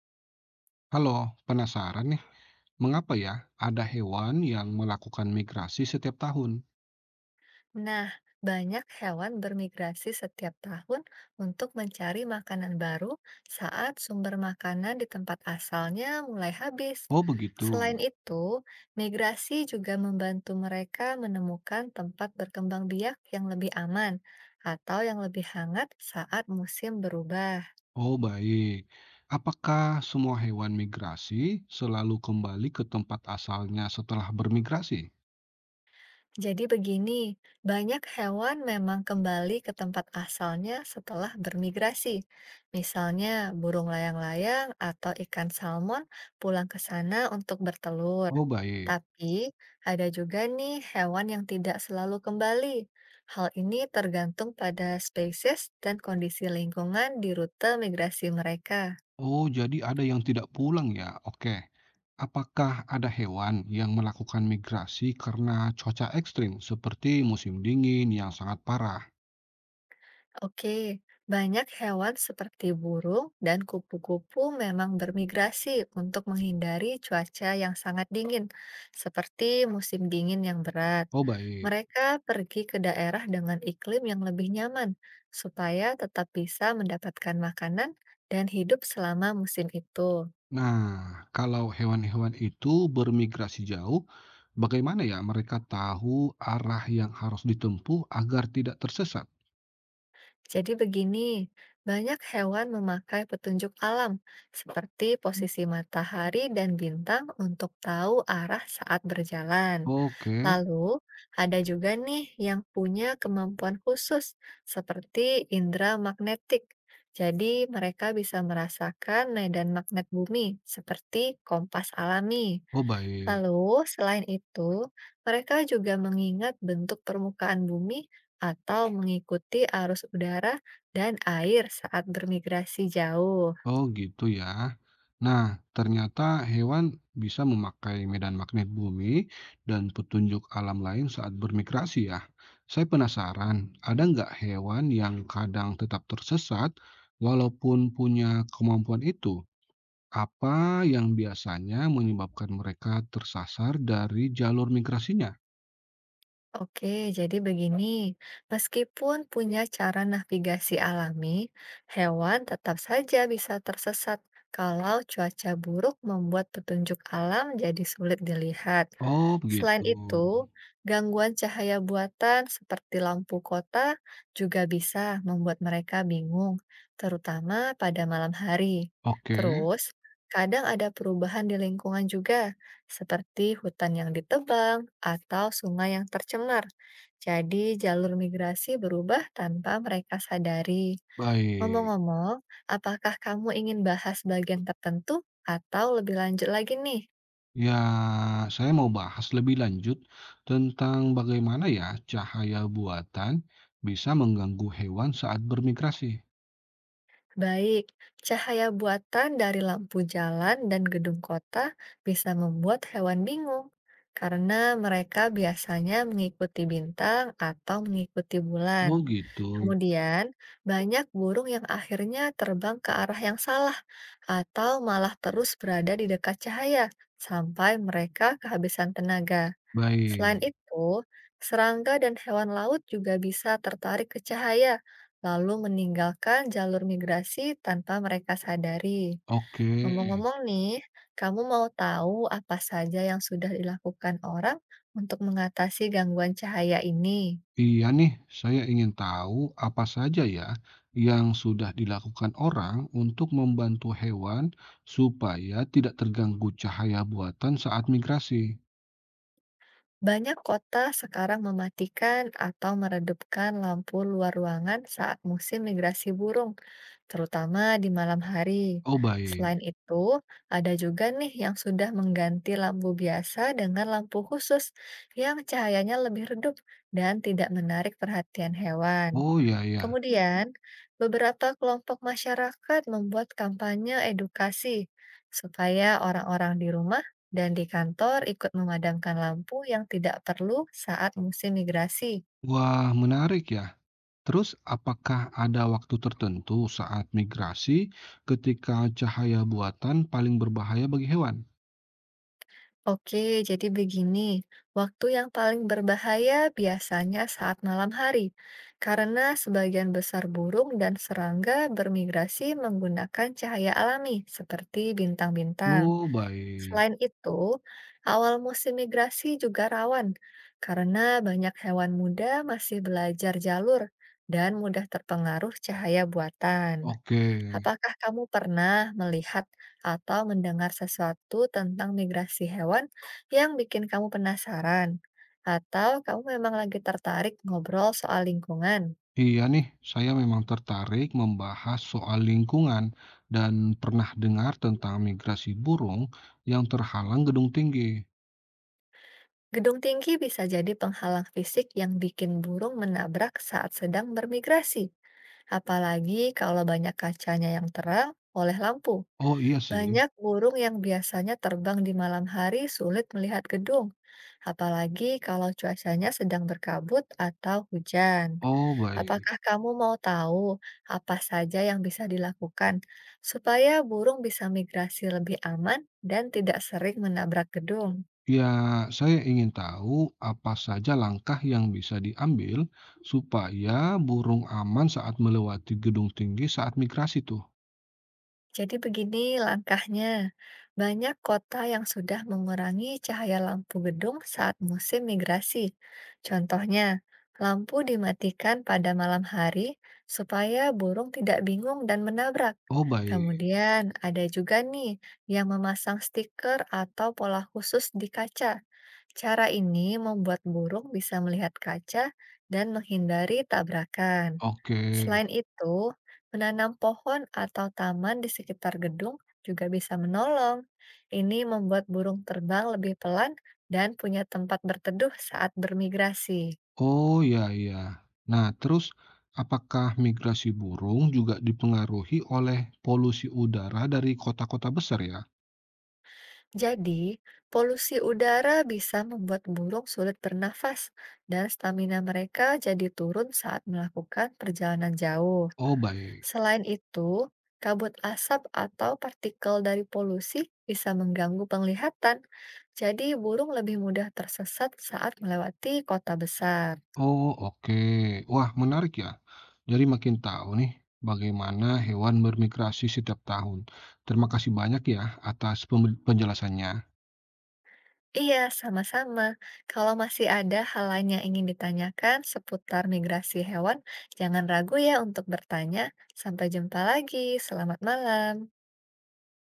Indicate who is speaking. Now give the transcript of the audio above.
Speaker 1: Halo, penasaran nih, mengapa ya ada hewan yang melakukan migrasi setiap tahun?
Speaker 2: Nah, banyak hewan bermigrasi setiap tahun untuk mencari makanan baru saat sumber makanan di tempat asalnya mulai habis.
Speaker 1: Oh begitu.
Speaker 2: Selain itu, migrasi juga membantu mereka menemukan tempat berkembang biak yang lebih aman atau yang lebih hangat saat musim berubah.
Speaker 1: Oh baik. Apakah semua hewan migrasi selalu kembali ke tempat asalnya setelah bermigrasi?
Speaker 2: Jadi begini, banyak hewan memang kembali ke tempat asalnya setelah bermigrasi. Misalnya burung layang-layang atau ikan salmon pulang ke sana untuk bertelur.
Speaker 1: Oh baik.
Speaker 2: Tapi ada juga nih hewan yang tidak selalu kembali. Hal ini tergantung pada spesies dan kondisi lingkungan di rute migrasi mereka.
Speaker 1: Oh jadi ada yang tidak pulang ya? Oke. Apakah ada hewan yang melakukan migrasi karena cuaca ekstrim seperti musim dingin yang sangat parah?
Speaker 2: Oke, banyak hewan seperti burung dan kupu-kupu memang bermigrasi untuk menghindari cuaca yang sangat dingin, seperti musim dingin yang berat.
Speaker 1: Oh baik.
Speaker 2: Mereka pergi ke daerah dengan iklim yang lebih nyaman, supaya tetap bisa mendapatkan makanan dan hidup selama musim itu.
Speaker 1: Nah, kalau hewan-hewan itu bermigrasi jauh, bagaimana ya mereka tahu arah yang harus ditempuh agar tidak tersesat?
Speaker 2: Jadi begini, banyak hewan memakai petunjuk alam, seperti posisi matahari dan bintang untuk tahu arah saat berjalan.
Speaker 1: Oke,
Speaker 2: Lalu, ada juga nih yang punya kemampuan khusus, seperti indera magnetik. Jadi, mereka bisa merasakan medan magnet bumi, seperti kompas alami.
Speaker 1: oh baik.
Speaker 2: Lalu, selain itu, mereka juga mengingat bentuk permukaan bumi atau mengikuti arus udara dan air saat bermigrasi jauh.
Speaker 1: Oh gitu ya. Nah, ternyata hewan bisa memakai medan magnet bumi dan petunjuk alam lain saat bermigrasi ya. Saya penasaran, ada nggak hewan yang kadang tetap tersesat walaupun punya kemampuan itu? Apa yang biasanya menyebabkan mereka tersasar dari jalur migrasinya?
Speaker 2: Oke, jadi begini, meskipun punya cara navigasi alami, hewan tetap saja bisa tersesat kalau cuaca buruk membuat petunjuk alam jadi sulit dilihat.
Speaker 1: Oh,
Speaker 2: Selain
Speaker 1: begitu.
Speaker 2: itu, gangguan cahaya buatan seperti lampu kota juga bisa membuat mereka bingung, terutama pada malam hari.
Speaker 1: Oke,
Speaker 2: Terus, kadang ada perubahan di lingkungan juga seperti hutan yang ditebang atau sungai yang tercemar. Jadi, jalur migrasi berubah tanpa mereka sadari.
Speaker 1: baik.
Speaker 2: Ngomong-ngomong, apakah kamu ingin bahas bagian tertentu atau lebih lanjut lagi nih?
Speaker 1: Ya, saya mau bahas lebih lanjut tentang bagaimana ya cahaya buatan bisa mengganggu hewan saat bermigrasi.
Speaker 2: Baik, cahaya buatan dari lampu jalan dan gedung kota bisa membuat hewan bingung karena mereka biasanya mengikuti bintang atau mengikuti
Speaker 1: Oh,
Speaker 2: bulan.
Speaker 1: gitu.
Speaker 2: Kemudian, banyak burung yang akhirnya terbang ke arah yang salah atau malah terus berada di dekat cahaya sampai mereka kehabisan tenaga. Selain
Speaker 1: Baik.
Speaker 2: itu, serangga dan hewan laut juga bisa tertarik ke cahaya, lalu meninggalkan jalur migrasi tanpa mereka sadari.
Speaker 1: Oke.
Speaker 2: Ngomong-ngomong nih, kamu mau tahu apa saja yang sudah dilakukan orang untuk mengatasi gangguan cahaya ini?
Speaker 1: Iya nih, saya ingin tahu apa saja ya yang sudah dilakukan orang untuk membantu hewan supaya tidak terganggu cahaya buatan saat migrasi.
Speaker 2: Banyak kota sekarang mematikan atau meredupkan lampu luar ruangan saat musim migrasi burung, terutama di malam hari.
Speaker 1: Oh
Speaker 2: Selain
Speaker 1: baik.
Speaker 2: itu, ada juga nih yang sudah mengganti lampu biasa dengan lampu khusus yang cahayanya lebih redup dan tidak menarik perhatian hewan. Mhm.
Speaker 1: Oh ya ya.
Speaker 2: Kemudian, beberapa kelompok masyarakat membuat kampanye edukasi supaya orang-orang di rumah dan di kantor ikut memadamkan lampu yang tidak perlu saat musim migrasi.
Speaker 1: Wah, menarik ya. Terus apakah ada waktu tertentu saat migrasi ketika cahaya buatan paling berbahaya bagi hewan?
Speaker 2: Oke, jadi begini, waktu yang paling berbahaya biasanya saat malam hari, karena sebagian besar burung dan serangga bermigrasi menggunakan cahaya alami seperti bintang-bintang.
Speaker 1: Oh baik.
Speaker 2: Selain itu, awal musim migrasi juga rawan, karena banyak hewan muda masih belajar jalur dan mudah terpengaruh cahaya buatan.
Speaker 1: Oke.
Speaker 2: Apakah kamu pernah melihat atau mendengar sesuatu tentang migrasi hewan yang bikin kamu penasaran? Atau kamu memang lagi tertarik ngobrol soal lingkungan?
Speaker 1: Iya nih, saya memang tertarik membahas soal lingkungan dan pernah dengar tentang migrasi burung yang terhalang gedung tinggi.
Speaker 2: Gedung tinggi bisa jadi penghalang fisik yang bikin burung menabrak saat sedang bermigrasi, apalagi kalau banyak kacanya yang terang oleh lampu.
Speaker 1: Oh iya sih.
Speaker 2: Banyak burung yang biasanya terbang di malam hari sulit melihat gedung, apalagi kalau cuacanya sedang berkabut atau hujan.
Speaker 1: Oh baik.
Speaker 2: Apakah kamu mau tahu apa saja yang bisa dilakukan supaya burung bisa migrasi lebih aman dan tidak sering menabrak gedung?
Speaker 1: Ya, saya ingin tahu apa saja langkah yang bisa diambil supaya burung aman saat melewati gedung tinggi saat migrasi tuh.
Speaker 2: Jadi begini langkahnya. Banyak kota yang sudah mengurangi cahaya lampu gedung saat musim migrasi. Contohnya, lampu dimatikan pada malam hari supaya burung tidak bingung dan menabrak.
Speaker 1: Oh baik.
Speaker 2: Kemudian ada juga nih yang memasang stiker atau pola khusus di kaca. Cara ini membuat burung bisa melihat kaca dan menghindari tabrakan.
Speaker 1: Oke.
Speaker 2: Selain itu, menanam pohon atau taman di sekitar gedung juga bisa menolong. Ini membuat burung terbang lebih pelan dan punya tempat berteduh saat bermigrasi.
Speaker 1: Oh, ya ya. Nah, terus apakah migrasi burung juga dipengaruhi oleh polusi udara dari kota-kota besar ya?
Speaker 2: Jadi, polusi udara bisa membuat burung sulit bernafas dan stamina mereka jadi turun saat melakukan perjalanan jauh.
Speaker 1: Oh, baik.
Speaker 2: Selain itu, kabut asap atau partikel dari polusi bisa mengganggu penglihatan, jadi burung lebih mudah tersesat saat melewati kota besar.
Speaker 1: Oh, oke. Wah, menarik ya. Jadi makin tahu nih bagaimana hewan bermigrasi setiap tahun. Terima kasih banyak ya atas penjelasannya.
Speaker 2: Iya, sama-sama. Kalau masih ada hal lain yang ingin ditanyakan seputar migrasi hewan, jangan ragu ya untuk bertanya. Sampai jumpa lagi. Selamat malam.